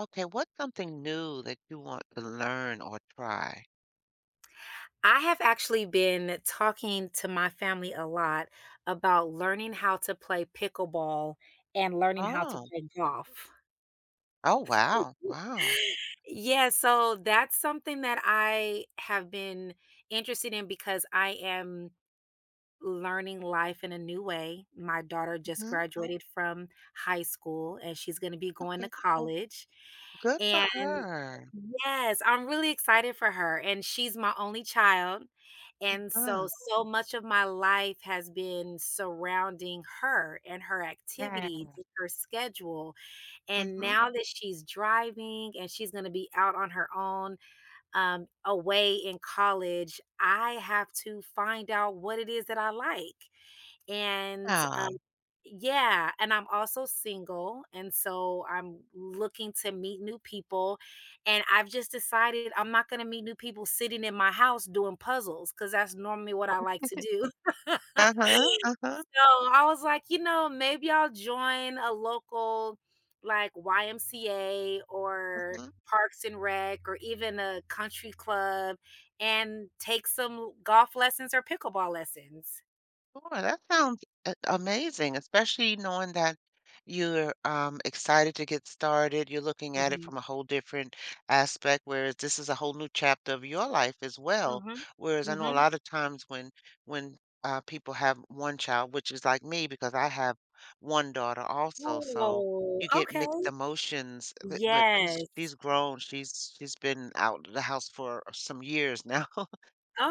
Okay, what's something new that you want to learn or try? I have actually been talking to my family a lot about learning how to play pickleball and learning how to Oh. play golf. Oh, wow. Wow. Yeah, so that's something that I have been interested in because I am learning life in a new way. My daughter just Mhm. graduated from high school and she's going to be going to Okay. college. Good for And her. Yes, I'm really excited for her, and she's my only child, and so, Huh. so much of my life has been surrounding her and her activities Yeah. and her schedule, and Mhm. now that she's driving and she's gonna be out on her own, away in college, I have to find out what it is that I like. And, Yeah. um yeah, and I'm also single, and so I'm looking to meet new people, and I've just decided I'm not gonna meet new people sitting in my house doing puzzles, cause that's normally what I like to do. Uh-huh. Uh-huh. So, I was like, "You know, maybe I'll join a local, like, YMCA or Uh-huh. Parks and Rec or even a country club and take some golf lessons or pickleball lessons." Sure, that sounds amazing, especially knowing that you're excited to get started. You're looking at it Mhm. from a whole different aspect, whereas this is a whole new chapter of your life as well. Mhm. Whereas I know a Mhm. lot of times when people have one child, which is like me because I have one daughter also, so Oh, you get okay. mixed emotions. But she's Yes. she's grown. She's been out of the house for some years now.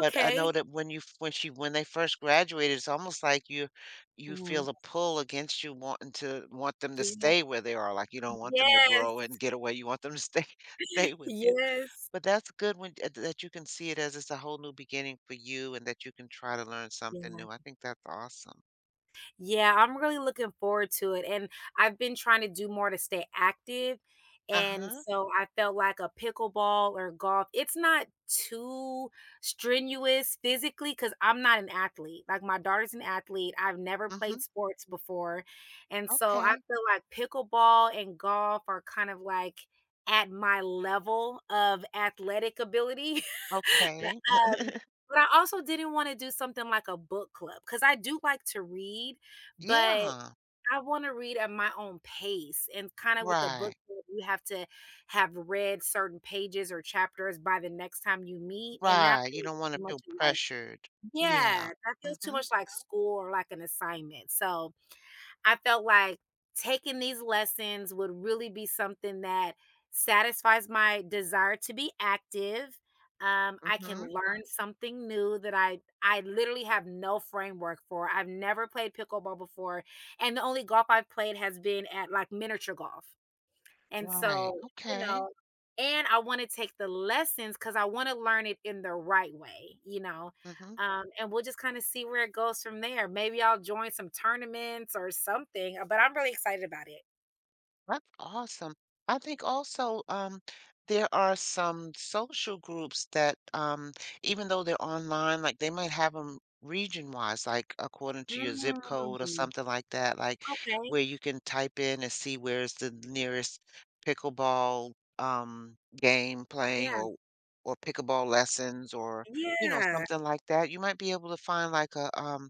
But I know that when you f when she when they first graduated, it's almost like you Mhm. feel a pull against you wanting to want them to Yeah. stay where they are, like, you don't want them to Yes. grow and get away, you want them to stay stay with you. Yes. But that's good when that you can see it as it's a whole new beginning for you and that you can try to learn something Yeah. new. I think that's awesome. Yeah, I'm really looking forward to it, and I've been trying to do more to stay active, and Uh-huh. so I felt like a pickleball or golf it's not too strenuous physically because 'cause I'm not an athlete, like, my daughter's an athlete, I've never played Mhm. sports before, and so I Okay. feel like pickleball and golf are kind of, like, at my level of athletic ability, but, Okay. Um but I also didn't wanna do something like a book club because I do like to read, but Yeah. I wanna read at my own pace and kinda with the book Right. club, you have to have read certain pages or chapters by the next time you meet, and that Right. You feels don't wanna too much feel like pressured. Yeah, Yeah. that feels too Mhm. much like school or like an assignment, so I felt like taking these lessons would really be something that satisfies my desire to be active. I can Mhm. learn something new that I literally have no framework for. I've never played pickleball before, and the only golf I've played has been at like miniature golf. And Right. so, you Okay. know and I wanna take the lessons because I wanna learn it in the right way, Mhm. And we'll just kinda see where it goes from there. Maybe I'll join some tournaments or something, but I'm really excited about it. That's awesome. I think also there are some social groups that, even though they're online, like they might have them region-wise, like according to your zip code or Mm, something like that, like okay, where you can type in and see where's the nearest pickleball game playing yeah, or pickleball lessons or you know yeah. something like that. You might be able to find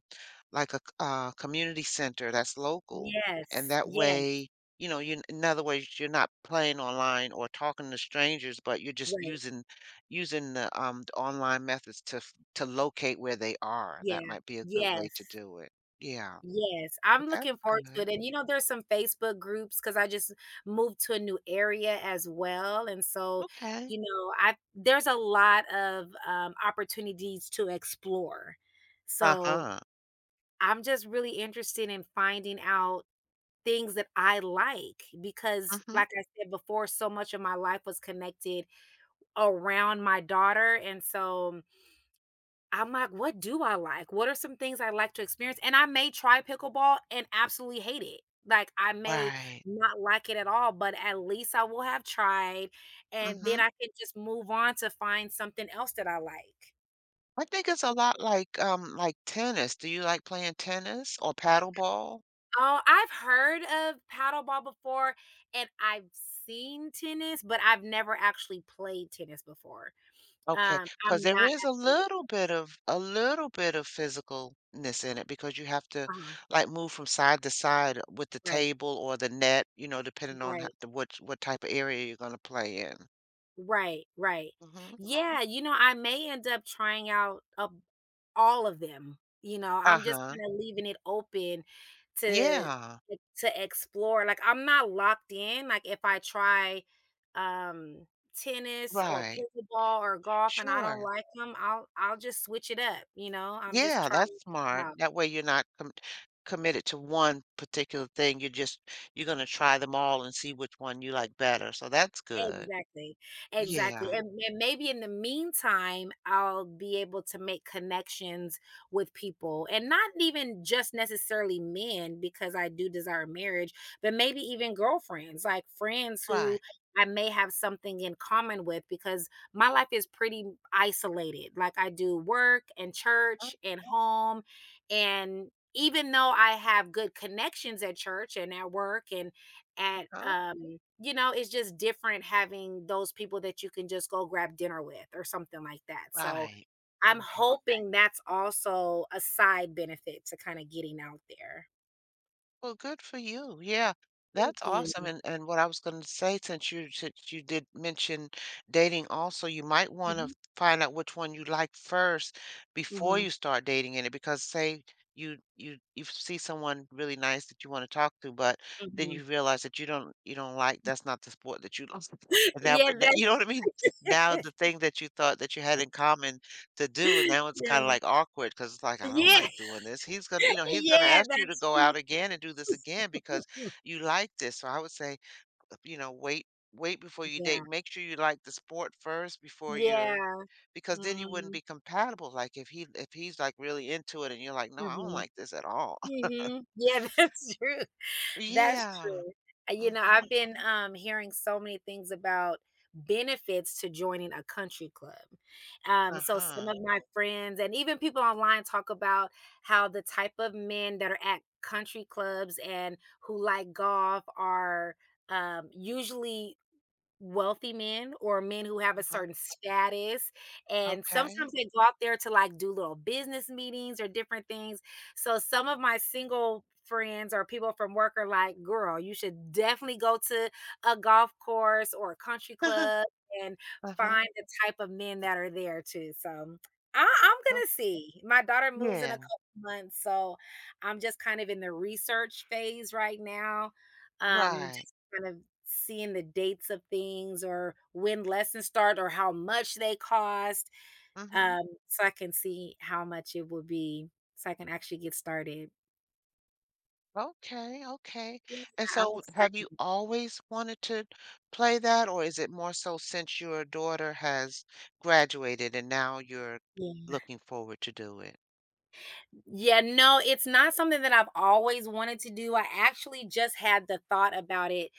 like a community center that's local, Yes, and that yes, way. You know, you in other words, you're not playing online or talking to strangers, but you're just right, using the online methods to f to locate where they are. That yeah, might be a good way yes. to do it. Yeah, Yes, I'm that's looking forward to good. it, and, you know, there's some Facebook groups because I just moved to a new area as well, and so, Okay. you know, I there's a lot of, opportunities to explore. So, Uh-huh. I'm just really interested in finding out things that I like because, Mhm. like I said before, so much of my life was connected around my daughter, and so I'm like, "What do I like? What are some things I like to experience?" And I may try pickleball and absolutely hate it. Like, I may Right. not like it at all, but at least I will have tried, and then Mhm. I can just move on to find something else that I like. I think it's a lot like tennis. Do you like playing tennis or paddleball? Oh, I've heard of paddleball before, and I've seen tennis, but I've never actually played tennis before. Okay, because I'm there not is athletic. A little bit of physicalness in it because you have to, Uh-huh, like, move from side to side with the right, table or the net, you know, depending on ho right, the what type of area you're gonna play in. Right. Mhm. Yeah, you know, I may end up trying out a All of them, you know, I'm just Uh-huh. kinda leaving it open to Yeah. e to explore, like, I'm not locked in, like, if I try, um, tennis or Right. pickleball or golf and I don't Sure. like 'em, I'll just switch it up, you know, I'm just Yeah, trying that's things smart. out. That way you're not committed to one particular thing, you're just you're gonna try them all and see which one you like better, so that's good. Exactly, exactly, Yeah. and maybe in the meantime, I'll be able to make connections with people, and not even just necessarily men because I do desire marriage, but maybe even girlfriends, like friends who Right. I may have something in common with because my life is pretty isolated. Like I do work and church and home, and even though I have good connections at church and at work and at Uh-huh. You know, it's just different having those people that you can just go grab dinner with or something like that. So Right. I'm Okay. Right. hoping that's also a side benefit to kind of getting out there. Well, good for you. Yeah, Thank that's awesome. you. And what I was going to say, since you did mention dating, also you might want to Mhm, find out which one you like first before mhm, you start dating in it. Because say you see someone really nice that you want to talk to, but then mhm. you realize that you don't like that's not the sport that you love. And now, Yeah, but now- you know what I mean? Now that's the thing that you thought that you had in common to do, and now it's Yeah. kinda, like, awkward because it's like, "I don't Yeah, like doing this." He's gonna you know, he's gonna yeah, ask you to that's go out again and do this again true. because you like this, so I would say, you know, wait before you Yeah, date. Make sure you like the sport first before you're yeah. because then you wouldn't Mhm, be compatible, like, if he's, like, really into it and you're like, "No, I don't mhm, like this at all." mhm. Yeah, that's true. That's Yeah. true. You know, I've Mhm. been hearing so many things about benefits to joining a country club. So some Uh-huh. of my friends and even people online talk about how the type of men that are at country clubs and who like golf are usually wealthy men or men who have a Uh-huh. certain status, and sometimes Okay. they go out there to, like, do little business meetings or different things. So some of my single friends or people from work are like, "Girl, you should definitely go to a golf course or a country club and Uh-huh. find the type of men that are there too." So, I'm Oh, gonna see. My daughter moves in a yeah. couple months, so I'm just kind of in the research phase right now, Right. just kind of seeing the dates of things or when lessons start or how much they cost, Mhm. So I can see how much it will be, so I can actually get started. Okay, okay. Yeah, And I'm so have you excited. always wanted to play that, or is it more so since your daughter has graduated and now you're Yeah. looking forward to do it? Yeah, no, it's not something that I've always wanted to do. I actually just had the thought about it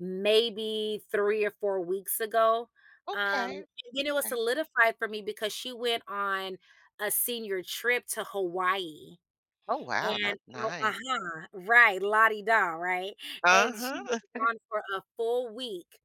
maybe 3 or 4 weeks ago, and Okay, then it was okay. solidified for me because she went on a senior trip to Hawaii. Oh, wow, And that's oh nice. uh-huh, right, la da right? And she was Uh-huh. gone for a full week,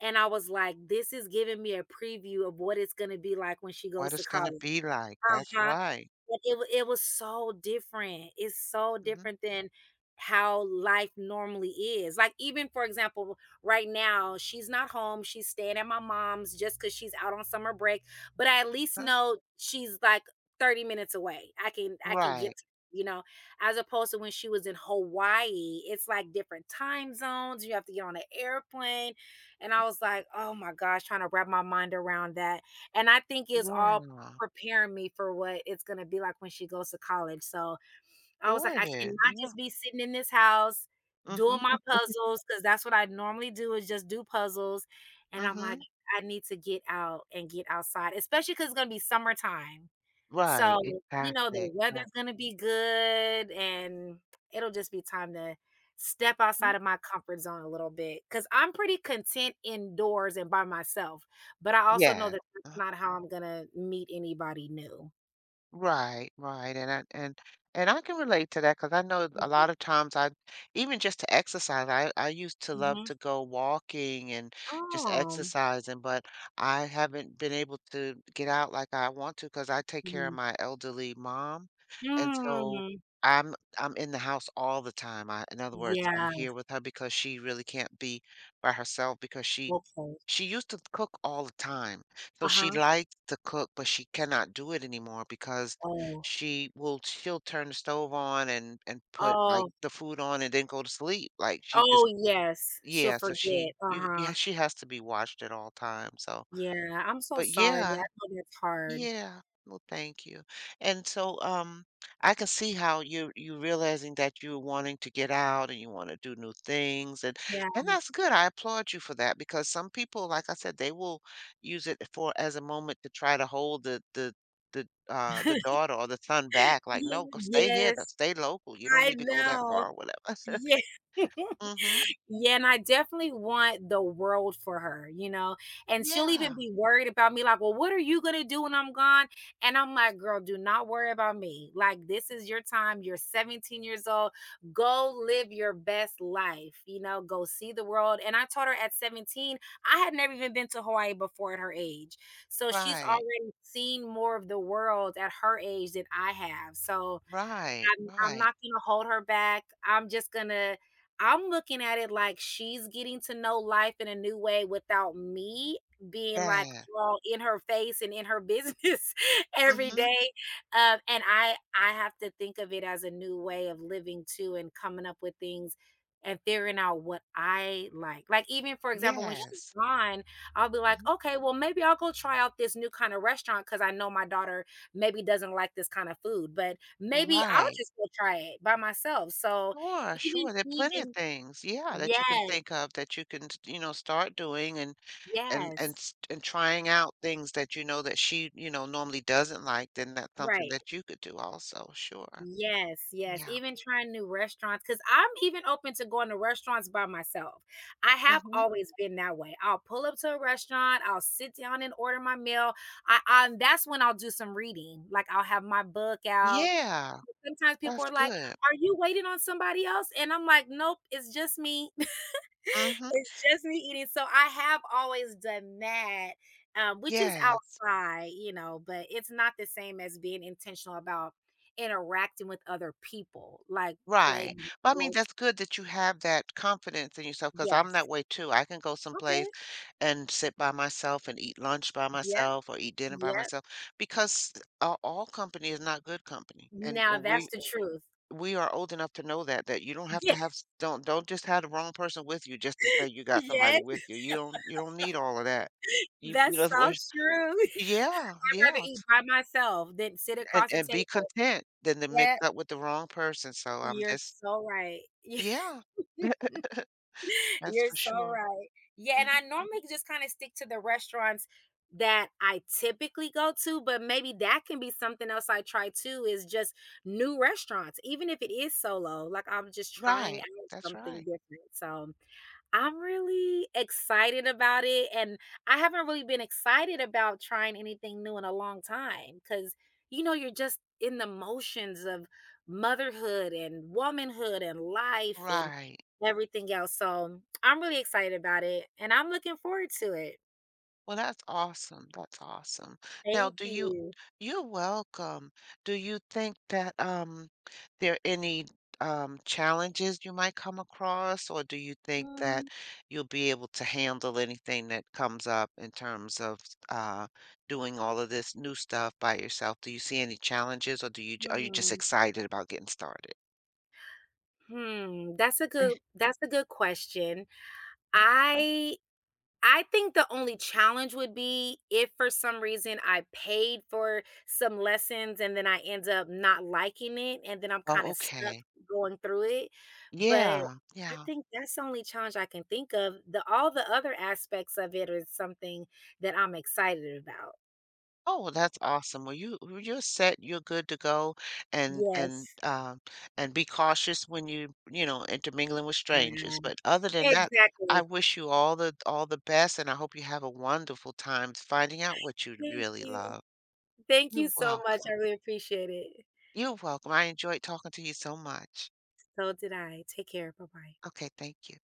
and I was like, "This is giving me a preview of what it's gonna be like when she What goes to it's gonna college." be like. That's Uh-huh. right. But it was so different. It's so Hmm. different than how life normally is. Like, even, for example, right now, she's not home, she's staying at my mom's just because she's out on summer break, but I at least know she's, like, 30 minutes away. I can get Right. to you know? As opposed to when she was in Hawaii, it's, like, different time zones, you have to get on an airplane, and I was like, "Oh my gosh," trying to wrap my mind around that, and I think it's all Yeah. preparing me for what it's gonna be like when she goes to college, so I was Sure like, it "I is. cannot Yeah. just be sitting in this house doing my Mm-hmm. puzzles because that's what I normally do is just do puzzles, and I'm like, Mm-hmm. "I need to get out and get outside," especially because it's gonna be summertime. So, Right. you know, Exactly. the Exactly. weather's gonna be good, and it'll just be time to step outside of my comfort zone a little bit. Because 'cause I'm pretty content indoors and by myself, but I also know Yes. that that's Uh-huh. not how I'm gonna meet anybody new. Right, right. And I can relate to that because I know a Mhm, lot of times I even just to exercise, I used to love mhm. to go walking and just Oh, exercising, but I haven't been able to get out like I want to because I take care of mhm. my elderly mom. And so Mm, I'm in the house all the time. I, in other words, I'm yeah, here with her because she really can't be by herself because okay. she used to cook all the time. So she Uh-huh. likes to cook, but she cannot do it anymore because Oh, she'll turn the stove on and put, like, oh, the food on and then go to sleep, like, she just oh, yes, she'll yeah, so she forget, you yeah, uh-huh. she has to be watched at all times, so Yeah, I'm so but sorry, I yeah, know that's hard. yeah. Well, thank you. And so, I can see how you realizing that you're wanting to get out and you want to do new things Yeah. and that's good. I applaud you for that because some people, like I said, they will use it for as a moment to try to hold the daughter or the son back. Like, Ye no, go stay here, no, yes, stay local. You don't I need to go that know. far or whatever. Yeah. Mm-hmm. Yeah, and I definitely want the world for her, you know, and she'll even Yeah. be worried about me, like, "Well, what are you gonna do when I'm gone?" And I'm like, "Girl, do not worry about me. Like, this is your time. You're 17 years old. Go live your best life, you know, go see the world." And I told her at 17, I had never even been to Hawaii before at her age. So she's Right. already seen more of the world at her age than I have. So Right. I'm Right. not gonna hold her back. I'm just gonna I'm looking at it like she's getting to know life in a new way without me being like Yeah. all in her face and in her business every Mm-hmm. day. And I have to think of it as a new way of living too and coming up with things and figuring out what I like. Like even for example, when she's Yes. gone, I'll be like, Mhm. okay, well maybe I'll go try out this new kind of restaurant because I know my daughter maybe doesn't like this kind of food. But maybe I'll Right. just go try it by myself. So Sure, even sure. There are plenty of even things, yeah, that you Yes, can think of that you can, you know, start doing and yes. And trying out things that you know that she, you know, normally doesn't like, then that's something Right. that you could do also. Sure. Yes, yes. Yeah. Even trying new restaurants because 'cause I'm even open to going to restaurants by myself. I have Mm-hmm. always been that way. I'll pull up to a restaurant, I'll sit down and order my meal. I that's when I'll do some reading. Like, I'll have my book out. Yeah, Sometimes people that's are like, good. "Are you waiting on somebody else?" And I'm like, "Nope, it's just me. Mm-hmm. It's just me eating, so I have always done that, which is Yeah. outside, you know, but it's not the same as being intentional about interacting with other people, like Right. playing But I mean, sports. that's good that you have that confidence in yourself because I'm Yes. that way too. I can go someplace Okay. and sit by myself and eat lunch by Yep, myself or eat dinner by yep. myself because all company is not good company. And, Now and that's we the truth. we are old enough to know that that you don't have Yeah. to don't just have the wrong person with you just to say you got Yes, somebody with you. Don't you don't need all of that. You that's know the so words. true. Yeah, I'd rather yeah. eat by myself than sit across the And be table. content than to mix Yeah, up with the wrong person. So I'm you're just so right. yeah. That's You're for so sure. right. Yeah, Mhm. and I normally just kind of stick to the restaurants that I typically go to, but maybe that can be something else I try too is just new restaurants, even if it is solo. Like I'm just trying Right, out that's something right. different. So I'm really excited about it, and I haven't really been excited about trying anything new in a long time. Cause you know, you're just in the motions of motherhood and womanhood and life and Right. everything else, so I'm really excited about it, and I'm looking forward to it. Well, that's awesome, that's awesome. Now Thank do you you. you're welcome. Do you think that, there are any, challenges you might come across, or do you think Mhm. that you'll be able to handle anything that comes up in terms of, uh, doing all of this new stuff by yourself? Do you see any challenges, or do you are you just excited about getting started? Hmm, that's a good question. Mhm. I I think the only challenge would be if for some reason I paid for some lessons and then I end up not liking it, and then I'm Oh, kinda stuck okay. going through it, but Yeah, I yeah. think that's the only challenge I can think of. The All the other aspects of it is something that I'm excited about. Oh, well, that's awesome. Well, you well, you're set, you're good to go and and Yes. um and be cautious when you know, intermingling with Yeah. strangers. But other than that, I Exactly. wish you all the best and I hope you have a wonderful time finding out what you Thank really you. love. Thank you You're so much, welcome. I really appreciate it. You're welcome. I enjoyed talking to you so much. So did I. Take care, bye-bye. Okay, thank you.